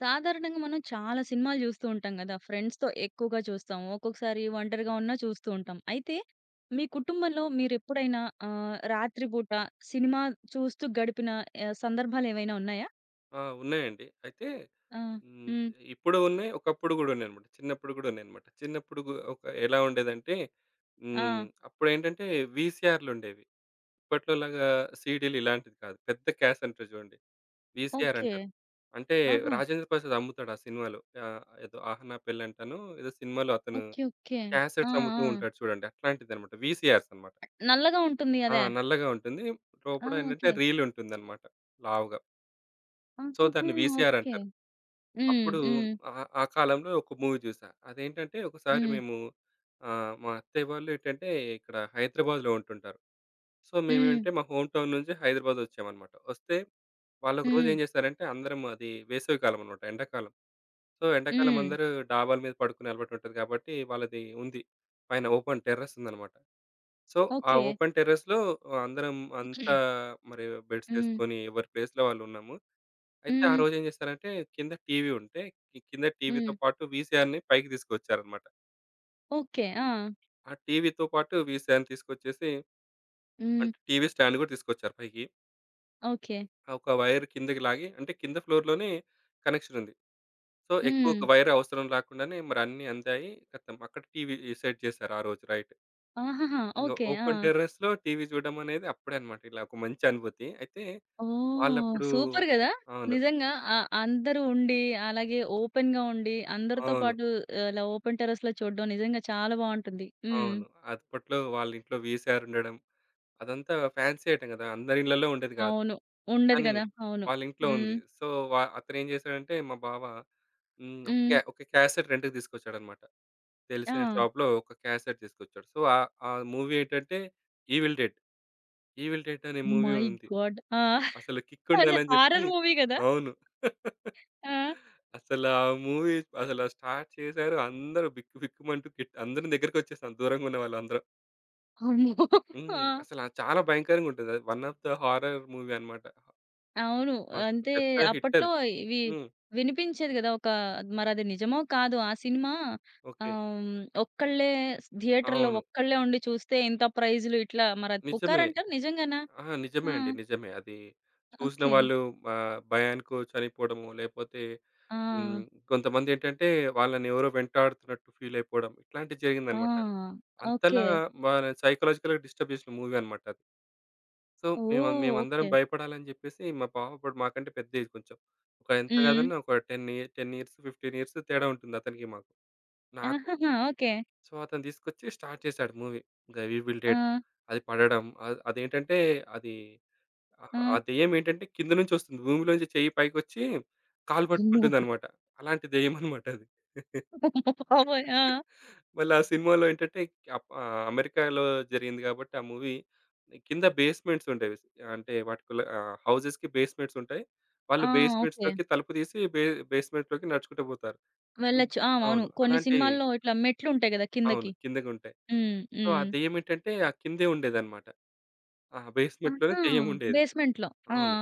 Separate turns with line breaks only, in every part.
సాధారణంగా మనం చాలా సినిమాలు జూస్తూ ఉంటాం గదా! ఫ్రెండ్స్‌తో ఎక్కువగా చూస్తాం. ఒక్కొక్కసారి ఒంటరిగా ఉన్నా చూస్తూ ఉంటాం. అయితే మీ కుటుంబంలో మీరెప్పుడైనా రాత్రి పూట సినిమా చూస్తూ గడిపిన సందర్భాలేవైనా ఉన్నాయా?
ఆ! ఉన్నాయండి. అయితే
ఆ!
హ్మ్.
హ్మ్.
ఇప్పుడు ఉన్నాయి. ఒకప్పుడు గూడా ఉన్నాయన్నమాట. చిన్నప్పుడు గూడా ఉన్నాయన్నమాట. చిన్నప్పుడు ఒక ఎలా ఉండేదంటే
ఆ!
హ్మ్. అప్పుడేంటంటే వీసీఆర్‌లుండేవి. ఇప్పట్లోలాగా సీడీలు ఇలాంటిది కాదు. పెద్ద క్యాసెట్ ఉంటది చూడండి. VCR
okay.
అంటారు. అంటే
ఆహా!
రాజేంద్ర ప్రసాద్ అమ్ముతాడు ఆ సినిమాలో. ఏదో 'ఆహ్! నా పెళ్ళంటనో' ఏదో సినిమాలో అతను
ఓకే. ఓకే. ఆ!
క్యాసెట్స్ అమ్ముతూ
ఆ!
ఉంటాడు చూడండి. అట్లాంటిదన్నమాట. వీసీఆర్స్ అన్నమాట.
నల్లగా ఉంటుంది
ఆ!
అదా?
నల్లగా ఉంటుంది.
ఆ!
లోపల ఏంటంటే
ఓకే.
రీల్ ఉంటుందన్నమాట లావుగా. సో
ఆహాహా!
దాన్ని వీసీఆర్
ఓకే.
అంటారు.
హ్మ్.
అప్పుడు
హ్మ్.
ఆ ఆ కాలంలో ఒక మూవీ చూసా. అదేంటంటే ఒకసారి
హ్మ్.
మేము మా అత్తయ్య వాళ్ళు ఏంటంటే ఇక్కడ హైదరాబాద్‌లో ఉంటుంటారు. సో,
హ్మ్.
మేమేంటే మా హోమ్ టౌన్ నుంచి హైదరాబాద్ వచ్చామనమాట. వస్తే వాళ్ళొకరోజు
హ్మ్.
ఏం చేశారంటే అందరం అది వేసవికాలం అనమాట ఎండాకాలం. సో, ఎండాకాలం
హ్మ్.
అందరూ డాబాల మీద పడుకునే అలవాటు ఉంటది కాబట్టి వాళ్ళది ఉంది. పైన ఓపెన్ టెర్రస్ ఉందనమాట. సో, ఆ
ఓకే.
ఓపెన్ టెర్రస్‌లో అందరం అంతా మరి బెడ్స్
హ్మ్.
ఏసుకొని ఎవరి ప్లేస్‌లో వాళ్ళున్నాము. అయితే ఆ
హ్మ్.
రోజేం జేశారంటే కింద టీవీ ఉంటే, కింద
హ్మ్.
టీవీతో పాటు వీసీఆర్‌ని పైకి తీసుకొచ్చారన్నమాట.
ఓకే. ఆ!
ఆ టీవీతో పాటు వీసీఆర్‌ని తీసుకొచ్చేసి
హ్మ్.
అంటే టీవీ స్టాండ్ గూడా తీసుకొచ్చారు పైకి.
ఓకే.
ఆ ఒక వైర్ కిందకి లాగి అంటే కింద ఫ్లోర్‌లోనే కనెక్షన్ ఉంది. సో, ఎక్కువ
హ్మ్.
ఒక వైర్ అవసరం లేకుండానే మరి అన్నీ అందాయి. ఖతం అక్కడ టీవీ సెట్ జేశారు ఆ రోజు నైట్.
ఆహాహా!
ఇంగ
ఓకే. ఆ!
ఓపెన్ టెర్రస్‌లో టీవీ చూడడం అనేది అప్పుడే అన్నమాట. ఇలా ఒక మంచి అనుభూతి. అయితే
ఓహ్!
వాళ్ళప్పుడు
సూపర్ గదా!
అవును.
నిజంగా అందరూ ఉండి, అలాగే ఓపెన్‌గా ఉండి, అందరితో
అవును.
పాటు ఇలా ఓపెన్ టెర్రస్‌లో చూడడం నిజంగా చాలా బావుంటుంది. హ్మ్.
అవును. అప్పట్లో వాళ్ళ ఇంట్లో వీసీఆర్ ఉండడం అదంతా ఫ్యాన్సీ ఐటెమ్ గదా! అందరి ఇళ్ళలో ఉండేది గాదు.
అవును. ఉండదు
కానీ
గదా! అవును.
వాళ్ళ ఇంట్లో
హ్మ్.
ఉంది. సో, అతనేం జేశాడంటే మా బావ హ్మ్.
హ్మ్.
ఒక క్యాసెట్ రెంట్‌కి తీసుకొచ్చాడన్నమాట.
ఆ!
తెలిసిన షాప్‌లో ఒక క్యాసెట్ తీసుకొచ్చాడు. సో, ఆ మూవీ ఏంటంటే 'ఈవిల్ డెడ్'. 'ఈవిల్ డెడ్' అనే మూవీ
మై
ఉంది.
గాడ్! ఆ!
అసలు కిక్
అది
ఉండాలని జెప్పి
హారర్ మూవీ గదా!
అవును.
ఆ!
అసలు ఆ మూవీ అసలు స్టార్ట్ చేశారు. అందరూ బిక్కు బిక్కుమంటూ కిట్ అందరం దగ్గరికొచ్చేసాం దూరంగున్న వాళ్ళందరం.
అమ్మో! ఆ!
హ్మ్. అసల చాలా భయంకరంగుంటది. అది one of the horror movie అన్నమాట.
అవును.
మస్తు
అంటే
పెద్ద
అప్పట్లో
హిట్టది.
ఇవి
హ్మ్.
వినిపించేది గదా! ఒక మరది నిజమో కాదో ఆ సినిమా
ఓకే.
ఆహ్, ఒక్కళ్ళే థియేటర్‌లో
అవును.
ఒక్కళ్ళే ఉండి చూస్తే ఇంత ప్రైజ్‌లు ఇట్లా మరది
నిజమే.
పుకారంటారు నిజంగానా?
అహా!
ఆ!
నిజమే అండి. నిజమే. అది చూసిన
ఓకే.
వాళ్ళు భయానికో చనిపోవడమో, లేపోతే
ఆ!
హ్మ్. కొంతమందేంటంటే వాళ్ళనెవరో వెంటాడుతున్నట్టు ఫీలయిపోవడం. ఇట్లాంటివి
ఆ!
జరిగిందనమాట.
ఓకే.
అంతలా వాళ్ళని సైకలాజికల్‌గా డిస్టర్బ్ చేసిన మూవీ అనమాట అది. So,
oh!
మేమందరం
ఓకే.
భయపడాలని జెప్పేసి మా పాప అప్పుడు మాకంటే పెద్దే కొంచెం. ఒక ఎంత
హ్మ్.
కాదన్నా ఒక 10 ఇయర్స్, 15 ఇయర్స్ తేడా ఉంటుంది అతనికి మాకు. నాకు
ఆహాహా! ఓకే.
సో, అతను తీసుకొచ్చి స్టార్ట్ చేశాడు మూవీ. ఇంక 'వి విల్ డేట్'
ఆ!
అది పడడం అదేంటంటే అది ఆ
ఆ!
దెయ్యం ఏంటంటే కింద నుంచి వస్తుంది. భూమిలోంచి చెయ్యి పైకొచ్చి కాలు
అమ్మ
పట్టుకుంటుందనమాట. అలాంటి దెయ్యం అనమాట అది.
బాబోయ్! ఆ!
మళ్ళీ ఆ సినిమాలో ఏంటంటే అమెరికాలో జరిగింది కాబట్టి ఆ మూవీ కింద బేస్‌మెంట్స్ ఉండేవి. అంటే హౌసెస్‌కి బేస్‌మెంట్స్ ఉంటాయి.
ఆ!
వాళ్ళు
ఓకే.
బేస్‌మెంట్స్‌లోకి తలుపు తీసి బేస్‌మెంట్‌లోకి నడుచుకుంటూ పోతారు. హ్మ్.
వెళ్ళొచ్చు. ఆ! అవును.
అవును.
కొన్ని
అలాంటి
సినిమాల్లో ఇట్లా మెట్లుంటాయి గదా!
అవును.
కిందకి.
కిందకుంటాయి.
హ్మ్.
సో, ఆ
హ్మ్.
దెయ్యమేంటంటే ఆ కిందే ఉండేదనమాట. ఆ బేస్‌మెంట్‌లోనే
ఆహా!
దెయ్యం ఉండేది.
బేస్‌మెంట్‌లో. ఆ!
అవును.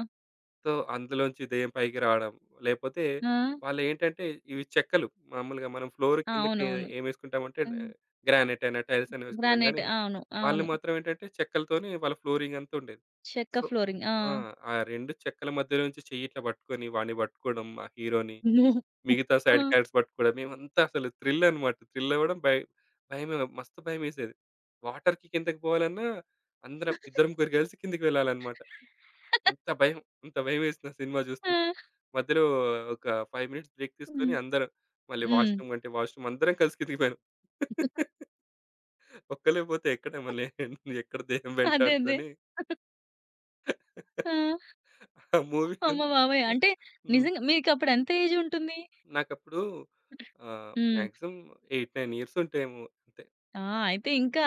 సో, అందులోంచి దెయ్యం పైకి రావడం, లేపోతే
ఆ!
వాళ్ళేంటంటే ఇవి చెక్కలు. మామూలుగా మనం ఫ్లోర్ కిందకి
అవునవును.
ఏమేసుకుంటామంటే
హ్మ్.
గ్రానైట్ అయినా, టైల్స్ అయినా వేసుకుంటాం
గ్రానైట్.
గానీ,
అవును.
వాళ్ళు
అవును.
మాత్రం ఏంటంటే చెక్కలతోని వాళ్ళ ఫ్లోరింగ్ అంతా ఉండేది.
చెక్క
సో
ఫ్లోరింగ్. ఆ!
ఆ! ఆ 2 చెక్కల మధ్యలో నుంచి చెయ్యి ఇట్లా పట్టుకొని వాడిని పట్టుకోవడం, ఆ హీరోని. మిగతా
ఆ!
సైడ్ క్యారెక్టర్స్ పట్టుకోవడం. మేమంతా అసలు థ్రిల్ అన్నమాట. థ్రిల్ అవ్వడం భయమే మస్తు భయమేసేది. వాటర్‌కి కిందకి పోవాలన్నా అందరం ఇద్దరు, ముగ్గురు కలిసి కిందకి వెళ్ళాలన్నమాట. అంత భయం. అంత భయమేసింది ఆ సినిమా చూస్తూ.
ఆ!
మధ్యలో ఒక 5 మినిట్స్ బ్రేక్
హ్మ్.
తీసుకొని అందరం మళ్ళీ
హ్మ్.
వాష్‌రూమ్ అందరం కలిసి కిందకి పోయినాం. ఒక్కళ్ళే పోతే ఎక్కడ మళ్ళీ ఎక్కడ దెయ్యం
అదే. అదే.
వెంటాడుతదని
ఆ!
ఆ మూవీ
అమ్మ బాబోయ్! అంటే
హ్మ్.
నిజంగా మీకప్పుడు ఎంత ఏజ్ ఉంటుంది?
నాకప్పుడు
హ్మ్.
మాక్సిమం 8, 9 ఇయర్స్ ఉంటాయేమో అంతే.
ఆ! అయితే ఇంకా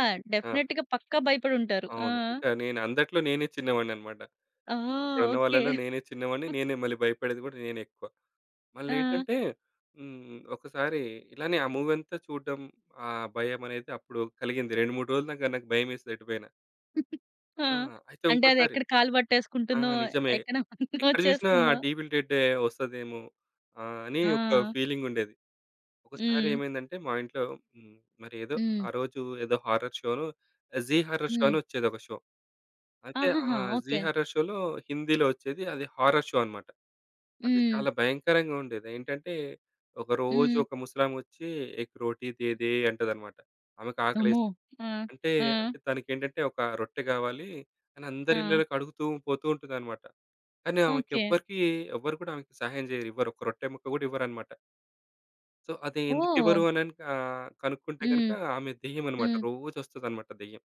ఆ!
డెఫినెట్‌గా పక్కా భయపడుంటారు. ఆ!
అవును. ఇంకా నేను అందట్లో నేనే చిన్నవాడిననమాట.
ఆ!
అక్కడున్న
ఓకే.
వాళ్ళలో నేనే చిన్నవాడిని. నేనే మళ్ళీ భయపడేది గూడా నేనే ఎక్కువ.
ఆ!
మళ్ళేంటంటే హ్మ్. ఒకసారి ఇలానే ఆ మూవీ అంతా చూడడం, ఆ భయమనేది అప్పుడు కలిగింది. 2, 3 రోజులు నాకు నాకు భయమేసేది ఎటు పోయినా.
ఆ!
ఆ! అయితే
అంటే అది
ఇంకోసారి
ఎక్కడ కాలు
ఆ!
పట్టేసుకుంటుందో,
నిజమే.
ఎక్కడ
ఎక్కడ జూసినా
వచ్చేస్తుందో.
డీవిల్ డెడ్డే వస్తదేమో అని ఒక
ఆ!
ఫీలింగుండేది. ఒకసారి
హ్మ్.
ఏమైందంటే మా ఇంట్లో హ్మ్. మరి ఏదో
హ్మ్.
ఆ రోజు ఏదో హారర్ షోనో, జీ హారర్ షో అని
హ్మ్.
వచ్చేదొక షో. అయితే ఆ
ఆహాహా!
'G
okay.
హారర్' షోలో హిందీలో వచ్చేది. అది హారర్ షో అన్నమాట. అది
హ్మ్.
చాలా భయంకరంగా ఉండేది. ఏంటంటే ఒకరోజు
హ్మ్.
ఒక ముసలామొచ్చి "ఏక్ రోటీ దే దే" అంటదన్నమాట. ఆమెకు
అమ్మో!
ఆకలేస్తుంది.
ఆ!
అంటే
ఆ!
అంటే తనకేంటంటే ఒక రొట్టె కావాలి అని
ఆ!
అందరి ఇళ్ళలోకి అడుగుతూ పోతూ ఉంటుందన్నమాట. కానీ ఆమెకి
ఓకే.
ఎవ్వరికీ ఎవ్వరు కూడా ఆమెకి సహాయం చేయరు. ఇవ్వరు. ఒక రొట్టె ముక్క కూడా ఇవ్వరన్నమాట. సో, అది
ఓహ్!
ఎందుకివ్వరు అని కనుక్కుంటే గనుక
హ్మ్.
ఆమె దెయ్యం అన్నమాట.
హ్మ్.
రోజొస్తదన్నమాట దెయ్యం.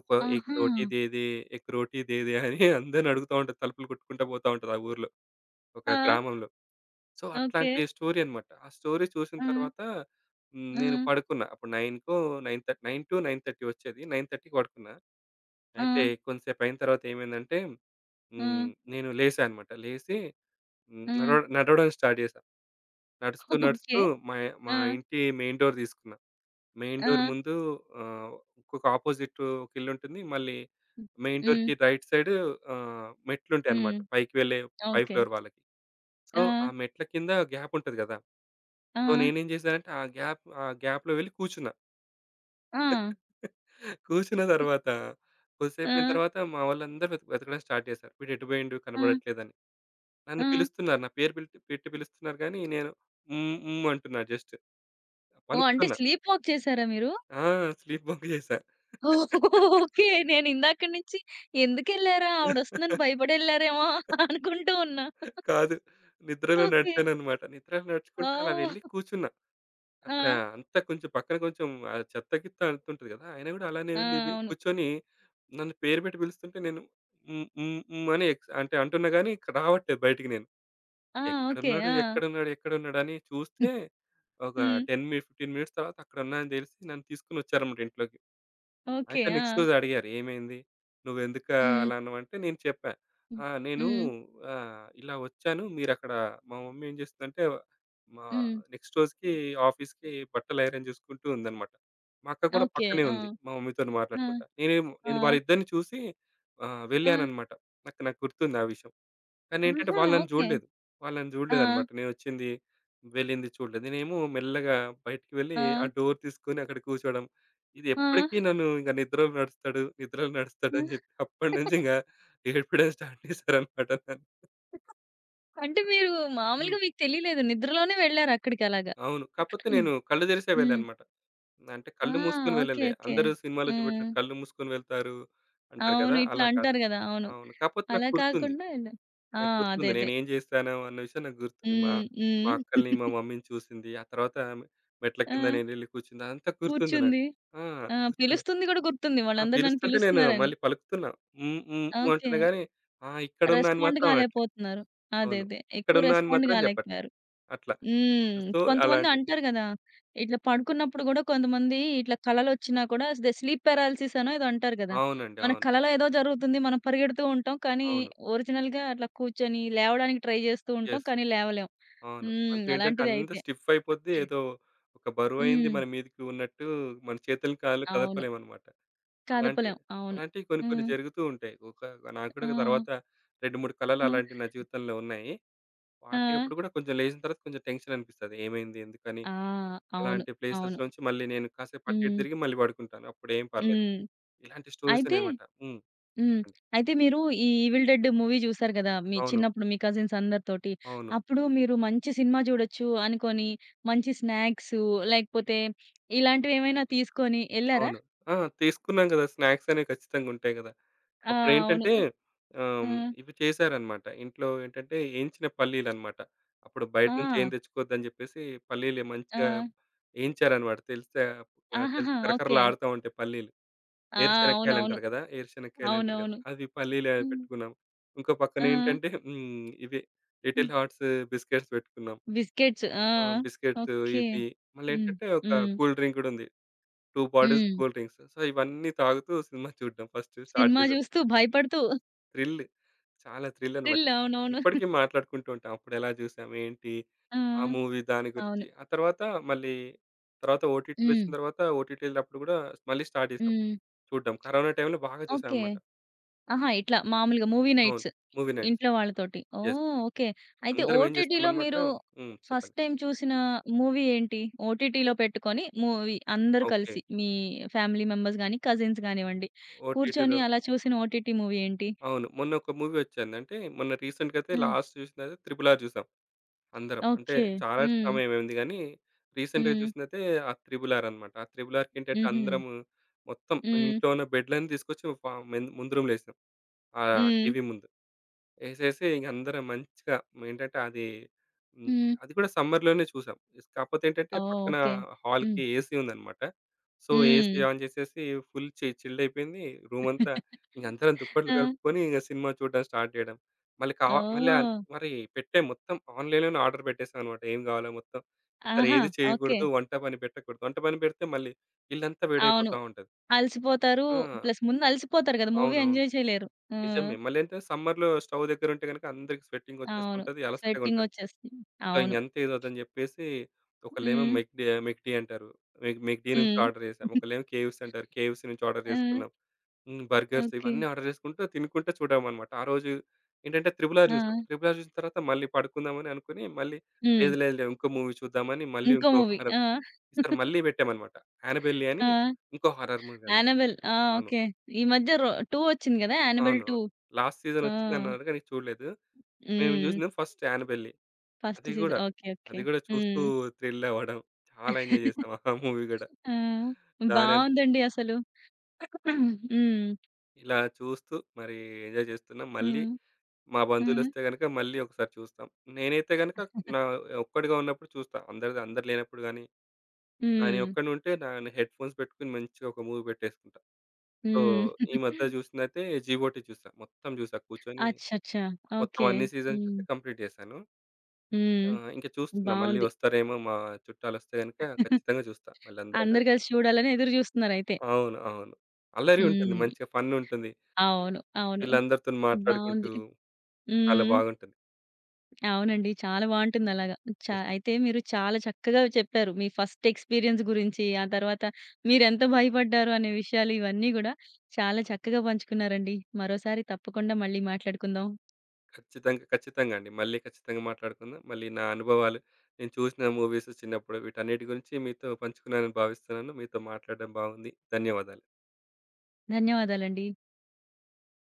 ఒక "ఏక్
ఆహా!
రోటీ దే దే, ఏక్ రోటీ దే దే" అని అందరిని అడుగుతా ఉంటారు. తలుపులు కొట్టుకుంటా పోతా ఉంటారు ఆ ఊర్లో, ఒక
ఆ!
గ్రామంలో. So,
okay.
అట్లాంటి స్టోరీ అన్నమాట. ఆ స్టోరీ చూసిన
ఆ!
తర్వాత హ్మ్,
ఆ!
నేను పడుకున్నా. అప్పుడు 9:30 వచ్చేది. 9:30కి పడుకున్నా.
ఆ!
అయితే కొంతసేపు అయిన తర్వాత ఏమైందంటే
ఆ!
హ్మ్, నేను లేసా అన్నమాట. లేసి హ్మ్,
ఆ!
నడవడం స్టార్ట్ చేశా. నడుస్తూ,
ఓకే.
నడుస్తూ మా మా
ఆ!
ఇంటి మెయిన్ డోర్ తీసుకున్నా. మెయిన్
ఆ!
డోర్ ముందు ఆహ్, ఇంకొక అపోజిట్ ఒక ఇల్లుంటుంది. మళ్ళీ మెయిన్
హ్మ్.
డోర్‌కి రైట్ సైడ్
హ్మ్.
మెట్లుంటాయన్నమాట. పైకి వెళ్ళే పై
ఓకే.
ఫ్లోర్ వాళ్ళకి. సో,
ఆ!
ఆ మెట్ల కింద గ్యాప్ ఉంటది గదా!
ఆ!
సో, అవును. నేనేం చేశానంటే ఆ గ్యాప్‌లో వెళ్ళి కూర్చున్నా.
ఆ!
కూర్చున్న
ఆ!
తర్వాత
ఆ!
కొద్దిసేపయిన తర్వాత మా వాళ్ళందరూ వెతకడం స్టార్ట్ చేశారు. "వీడు ఎటు పోయిండు కనబడట్లేదని."
ఆ!
నన్ను పిలుస్తున్నారు. నా పేరు పిలిట్ పెట్టి పిలుస్తున్నారు గానీ నేను హ్మ్ అంటున్నా జస్ట్.
ఓహ్! అంటే
పలుకుతున్నా.
స్లీప్ వాక్ చేసారా మీరు?
ఆ! స్లీప్ బంక్ చేశా.
ఓకే. నేను ఇందాక నుంచి ఎందుకెళ్లారా? ఆవిడొస్తుందని భయపడెళ్లారేమో అనుకుంటూ ఉన్నా.
కాదు. నిద్రలో
ఓకే.
నడిచాననమాట. నిద్రలో నడుచుకుంటూ అలా
ఓహ్!
వెళ్లి కూర్చున్నా.
ఆ!
అక్కడ అంతా కొంచెం పక్కన కొంచెం చెత్త గిత్త అంతుంటది గదా! ఆయన గూడా అలానే
ఆ!
వెళ్లి
అవును.
కూర్చొని నన్ను పేరు పెట్టి పిలుస్తుంటే నేను హ్మ్ అని ఎక్స్ అంటే అంటున్నా గానీ రావట్లేదు బయటికి నేను.
ఆ! ఓకే.
ఎక్కడున్నాడు?
ఆ!
ఎక్కడున్నాడు? ఎక్కడున్నాడు? అని చూస్తే ఒక
హ్మ్.
10 మి 15 మినిట్స్ తర్వాత అక్కడున్నా అని తెలిసి నన్ను తీసుకొనొచ్చారన్నమాట ఇంట్లోకి.
ఓకే.
అయితే
ఆ!
నెక్స్ట్ రోజు అడిగారు ఏమైంది? నువ్వెందుక
హ్మ్.
అలా అన్నావంటే నేను చెప్పా.
హ్మ్.
ఆ! నేను
హ్మ్.
ఇలా వచ్చాను మీరక్కడ మా మమ్మీ ఏం చేస్తుందంటే మా
హ్మ్.
నెక్స్ట్ రోజుకి ఆఫీస్‌కి బట్టలు ఐరన్ చేసుకుంటూ ఉందనమాట. మా అక్క కూడా
ఓకే.
పక్కనే
ఆ!
ఉంది మా మమ్మీతోని
ఆ!
మాట్లాడుకుంటా.
ఆ!
నేను వాళ్ళిద్దరిని చూసి
ఆ!
వెళ్ళాననమాట. నాకు నాకు గుర్తుంది ఆ విషయం. కానీ ఏంటంటే
ఆహా!
వాళ్ళు నన్ను
ఓకే.
చూడలేదు. వాళ్ళు నన్ను
ఆ!
చూడలేదన్నమాట. నేనొచ్చింది, వెళ్ళింది చూడలేదు. నేనేమో మెల్లగా బయటికి వెళ్ళి
ఆ!
ఆ డోర్ తీసుకొని అక్కడ కూర్చోవడం. ఇది
ఆ!
ఎప్పటికీ నన్ను ఇంక నిద్రలో నడుస్తాడు అని చెప్పి అప్పటి నుంచి ఇంక ఏడ్పడం స్టార్ట్ చేశారన్నమాట నన్ను.
అంటే మీరు మామూలుగా
హ్మ్.
మీకు తెలియలేదు. నిద్రలోనే వెళ్లారక్కడికి అలాగా.
అవును. కాకపోతే
హ్మ్.
నేను కళ్ళు తెరిసే
హ్మ్.
వెళ్ళానన్నమాట. అంటే
ఆ!
కళ్ళు మూసుకొని
ఓకే.
వెళ్ళలే.
ఓకే.
అందరూ సినిమాలో
హ్మ్.
చూపెట్టినట్టు కళ్ళు మూసుకొని వెళ్తారు అంటారు
అవును.
కదా!
ఇట్లా
అలా కాదు.
అంటారు గదా! అవును.
అవును. కాకపోతే నాకు
అలా
గుర్తుంది.
కాకుండా ఇలా ఆ! అదే. అదే.
నేనేం జేశాను అన్న విషయం నాకు గుర్తుంది. మా
హ్మ్.
మా
హ్మ్.
అక్కల్ని, మా మమ్మీని చూసింది. ఆ తర్వాత ఆమె మెట్ల
ఆ!
కింద నేనెళ్లి కూర్చుంది. అదంతా గుర్తుంది నాకు.
కూర్చుంది.
ఆ!
ఆ!
గుర్తున్నా.
పిలుస్తుంది గూడా గుర్తుంది.
ఆ!
వాళ్ళందరూ నన్ను
పిలుస్తుంటే నేను
పిలుస్తున్నారని.
మళ్ళీ పలుకుతున్నా. హ్మ్. హ్మ్. హ్మ్.
ఓకే.
అంటున్నా గానీ, ఆ! ఇక్కడున్నా అని
రెస్పాండ్
మాత్రం అనట్లే.
కాలేకపోతున్నారు. అదే.
అవును.
అదే. ఎక్కువ
ఇక్కడున్నా అని
రెస్పాండ్
మాత్రం చెప్పట్లే.
గాలేకపోయారు.
అట్లా.
హ్మ్.
సో,
కొంతమంది
అలాంటి
అంటారు గదా! ఇట్లా పడుకున్నప్పుడు గూడా కొంతమంది ఇట్లా కలలొచ్చినా కూడా అదే స్లీప్ పారాలిసిస్ అనో ఏదో అంటారు గదా!
అవునండి.
మన
అవును.
కలలో ఏదో జరుగుతుంది. మనం పరిగెడుతూ ఉంటాం. కానీ
అవును.
ఒరిజినల్‌గా అట్లా కూర్చొని లేవడానికి ట్రై జేస్తూ ఉంటాం.
యెస్.
కానీ లేవలేం.
అవును.
హ్మ్.
అంటే ఏంటంటే
అలాంటిదే
అంత
అయితే.
స్టిఫ్ అయిపోద్ది. ఏదో ఒక బరువయింది
హ్మ్.
మన మీదకి ఉన్నట్టు మన చేతులు, కాళ్ళు
అవును.
కదపలేమన్నమాట. అలాంటి
కదపలేం. అవును.
అలాంటివి కొన్ని కొన్ని
హ్మ్.
జరుగుతూ ఉంటాయి. ఒక నాకు
ఆ!
కూడా తర్వాత 2, 3 కలలు
ఆ!
అలాంటివి నా జీవితంలో ఉన్నాయి.
ఆ!
వాటికప్పుడు కూడా కొంచెం లేచిన తర్వాత కొంచెం టెన్షన్ అనిపిస్తది. ఏమైంది? ఎందుకని?
ఆ! అవును.
అలాంటి ప్లేసెస్
అవును.
నుంచి మళ్ళీ నేను కాసేపు అటు ఇటు
హ్మ్.
తిరిగి మళ్ళీ పడుకుంటాను. అప్పుడేం పర్లేదు.
హ్మ్.
ఇలాంటి
అయితే
స్టోరీసేనన్నమాట. హ్మ్.
హ్మ్. అయితే మీరు ఈ 'ఈవిల్ డెడ్' మూవీ జూసారు గదా! మీ
అవును.
చిన్నప్పుడు మీ కజిన్స్ అందరితోటి.
అవును.
అప్పుడు మీరు మంచి సినిమా జూడొచ్చు అనుకోని, మంచి స్నాక్సు లేకపోతే ఇలాంటివేమైనా తీసుకొని ఎళ్లారా?
అవును. ఆ! తీసుకున్నాం గదా! స్నాక్స్ అనేవి ఖచ్చితంగా ఉంటాయి గదా!
ఆ! అవును.
అప్పుడేంటంటే
ఆ!
ఆహ్, ఇవి చేశారనమాట. ఇంట్లో ఏంటంటే ఏంచిన పల్లీలనమాట. అప్పుడు
ఆ!
బయట నుంచి ఏం తెచ్చుకోవద్దని జెప్పేసి పల్లీలు
ఆ!
మంచిగా ఏంచారనమాట.
ఆహాహా!
తెలిసి
ఓకే.
కరకరలాడుతా ఉంటాయి పల్లీలు.
ఆ! అవునవును.
ఏరుశెనక్కాయలంటారు గదా! ఏరుశెనక్కాయలంటారు గదా!
అవునవును.
అవి పల్లీలే
హ్మ్.
పెట్టుకున్నాం. ఇంకో
ఆ!
పక్కనేంటంటే హ్మ్. ఇవి
హ్మ్.
లిటిల్ హార్ట్స్ బిస్కెట్స్ పెట్టుకున్నాం.
బిస్కెట్స్. ఆ!
ఆ! Biscuits
okay.
ఇవి
హ్మ్.
మళ్ళేంటంటే ఒక
హ్మ్.
కూల్ డ్రింక్ గూడా ఉంది. 2 బాటిల్స్
హ్మ్.
Cool drinks. సో, ఇవన్నీ తాగుతూ సినిమా చూడడం ఫస్ట్ స్టార్ట్
సినిమా
చేసాం.
జూస్తూ భయపడుతూ
థ్రిల్. చాలా థ్రిల్ అన్నమాట.
థ్రిల్ అవునవును.
ఇప్పటికి మాట్లాడుకుంటూ ఉంటాం. అప్పుడెలా చూసాం? ఏంటి?
ఆ!
ఆ మూవీ దాని
అవును.
గురించి. ఆ తర్వాత మళ్ళీ తర్వాత
హ్మ్.
ఓటీటీలొచ్చిన తర్వాత ఓటీటీలప్పుడు గూడా మళ్ళీ స్టార్ట్ చేసాం
హ్మ్.
చూడ్డం. కరోనా టైంలో బాగా
ఓకే.
చూసామన్నమాట.
ఆహా! ఇట్లా మామూలుగా మూవీ
అవును.
Nights
movie nights.
ఇంట్లో వాళ్ళతోటి.
యెస్.
ఓహ్! ఓకే. అయితే
అందరం ఏం
ఓటీటీలో
చేస్తామన్నమాట
మీరు
హ్మ్.
ఫస్ట్
చెప్పండి.
టైమ్ చూసిన మూవీ ఏంటి? ఓటీటీలో పెట్టుకొని మూవీ అందరూ
ఓకే.
కలిసి మీ ఫ్యామిలీ మెంబర్స్ గాని, కజిన్స్ గానివ్వండి,
ఓటీటీలో
కూర్చొని అలా చూసిన ఓటీటీ మూవీ ఏంటి?
అవును. మొన్న ఒక మూవీ వచ్చింది. అంటే మొన్న రీసెంట్‌గా అయితే
హ్మ్.
లాస్ట్ చూసిందయితే 'త్రిబుల్ ఆర్' చూసాం. అందరం. అంటే
ఓకే.
చాలా
హ్మ్.
సమయమైంది గానీ, రీసెంట్‌గా
హ్మ్.
చూసిందయితే ఆ 'త్రిబుల్ ఆర్' అన్నమాట. ఆ 'త్రిబుల్ ఆర్'కేంటంటే
హుహు.
అందరము మొత్తం
హ్మ్.
ఇంట్లో ఉన్న బెడ్‌లన్నీ తీసుకొచ్చి ఫ మెం ముందు రూమ్‌లో ఏసాం. ఆ
హ్మ్.
టీవీ ముందు. ఏసేసి ఇంక అందరం మంచిగా ఏంటంటే అది హ్మ్.
హ్మ్.
అది కూడా సమ్మర్‌లోనే చూసాం. కాకపోతే ఏంటంటే
ఓహ్!
పక్కన
ఓకే. హ్మ్.
హాల్‌కి ఏసీ ఉందన్నమాట. సో, ఏసీ
హ్మ్.
ఆన్ చేసేసి ఫుల్ చిల్డ్ అయిపోయింది రూమంతా. ఇంక అందరం దుప్పట్లు
ఆ!
కలుపుకొని ఇంక సినిమా చూడడం స్టార్ట్ చేయడం. మళ్ళీ కా మళ్ళీ ఆన్
ఓహ్!
మరి పెట్టాం మొత్తం ఆన్‌లైన్‌లోనే ఆర్డర్ పెట్టేసాం అన్నమాట. ఏం కావాలో మొత్తం. ఈసారి
ఆహా!
ఏది
ఓకే.
చేయకూడదు. వంట పని పెట్టకూడదు. వంట పని పెడితే మళ్ళీ ఇల్లంతా
అవును.
వేడైపోతా ఉంటది.
అలసిపోతారు.
ఆ!
ప్లస్ ముందు అలసిపోతారు గదా! మూవీ
అవునవును.
ఎంజాయ్ చేయలేరు. హ్మ్.
నిజమే. మళ్ళేంటే సమ్మర్‌లో స్టవ్ దగ్గరుంటే గనుక అందరికి స్వెటింగ్
అవును.
వచ్చేస్తుంటది. అలసటగా ఉంటది.
స్వెట్టింగొచ్చేస్తుంది.
సో,
అవును.
ఇంగంతే ఇదొద్దని జెప్పేసి ఒకళ్ళేమో
హ్మ్.
మెక్‌డి మెక్‌డి అంటారు. మెక్‌డి నుంచి
హ్మ్.
ఆర్డర్ జేసాం. ఒకళ్ళేమో కేఎఫ్‌సి అంటారు. కేఎఫ్‌సి నుంచి ఆర్డర్
ఆ!
జేసుకున్నాం. హ్మ్. Burgers
okay.
ఇవన్నీ ఆర్డర్ జేసుకుంటూ తినుకుంటూ చూడమనమాట. ఆ రోజు ఏంటంటే 'త్రిబుల్ ఆర్'
ఆ!
జూసాం. 'త్రిబుల్ ఆర్' జూసిన తర్వాత మళ్ళీ పడుకుందామని అనుకుని మళ్ళీ
హ్మ్.
లేదు లేదులే ఇంకో మూవీ చూద్దామని మళ్ళీ
ఇంకో
ఇంకో
మూవీ.
హారర్
ఆ!
ఈసారి మళ్ళీ పెట్టామనమాట. 'యానబెల్లి' అని
ఆ!
ఇంకో హారర్ మూవీ అనమాట.
'యానబెల్' ఆ!
అవును.
ఓకే. ఈ మధ్య 2 వచ్చింది గదా! 'యానబెల్
అవును.
2'
అవును. లాస్ట్ సీజన్
ఆ!
వచ్చిందన్నారు గానీ చూడలేదు. మేము
హ్మ్.
జూసింది ఫస్ట్ 'యానబెల్లి.'
ఫస్ట్
అది
సీజన్.
గూడా,
ఓకే. ఓకే.
అది గూడా చూస్తూ
హ్మ్.
థ్రిల్ అవ్వడం. చాలా ఎంజాయ్ జేసాం ఆ మూవీ గూడా.
ఆ!
దానన్
బావుందండి అసలు. హ్మ్. హ్మ్.
ఇలా చూస్తూ మరి ఎంజాయ్ జేస్తున్నాం. మళ్ళీ
హ్మ్.
మా
హ్మ్.
బంధువులొస్తే గనక మళ్ళీ ఒకసారి చూస్తాం. నేనైతే గనక నా ఒక్కడిగా ఉన్నప్పుడు చూస్తా. అందరిది అందరు లేనప్పుడు గానీ,
హ్మ్.
నేనొక్కడిని ఉంటే నా హెడ్ ఫోన్స్ పెట్టుకొని మంచిగా ఒక మూవీ పెట్టేసుకుంటా. సో, ఈ మధ్య
హ్మ్.
జూసిందయితే 'జీవోటి' చూసా. మొత్తం జూసా కూర్చొని.
అచ్చచ్చా!
మొత్తం
ఓకే.
అన్ని సీజన్స్ చూసి
హ్మ్.
కంప్లీట్ జేశాను.
హ్మ్.
ఆ! ఇంక చూస్తున్నా మళ్ళీ
బావుంది.
వస్తారేమో మా చుట్టాలొస్తే గనుక ఖచ్చితంగా చూస్తా మళ్ళందరం
అందరూ
కలిసి.
కలిసి చూడాలని ఎదురు జూస్తున్నారయితే.
అవును. అవును. అల్లరి ఉంటుంది.
హ్మ్.
మంచిగా ఫన్ ఉంటుంది.
అవును. అవును.
వీళ్ళందరితోని
బావుంది.
మాట్లాడుకుంటూ చాలా
హ్మ్.
బాగుంటుంది.
అవునండి. చాలా బావుంటుందలాగా.
యెస్.
అయితే మీరు చాలా చక్కగా చెప్పారు. మీ ఫస్ట్ ఎక్స్‌పీరియన్స్ గురించి, ఆ తర్వాత మీరెంత భయపడ్డారు అనే విషయాలు ఇవన్నీ గూడా చాలా చక్కగా పంచుకున్నారండి. మరోసారి తప్పకుండా మళ్ళీ మాట్లాడుకుందాం.
ఖచ్చితంగా, ఖచ్చితంగా అండి. మళ్ళీ ఖచ్చితంగా మాట్లాడుకుందాం. మళ్ళీ నా అనుభవాలు, నేను చూసిన మూవీస్ చిన్నప్పుడు వీటన్నిటి గురించి మీతో పంచుకున్నానని భావిస్తున్నాను. మీతో మాట్లాడడం బాగుంది. ధన్యవాదాలు.
ధన్యవాదాలండి.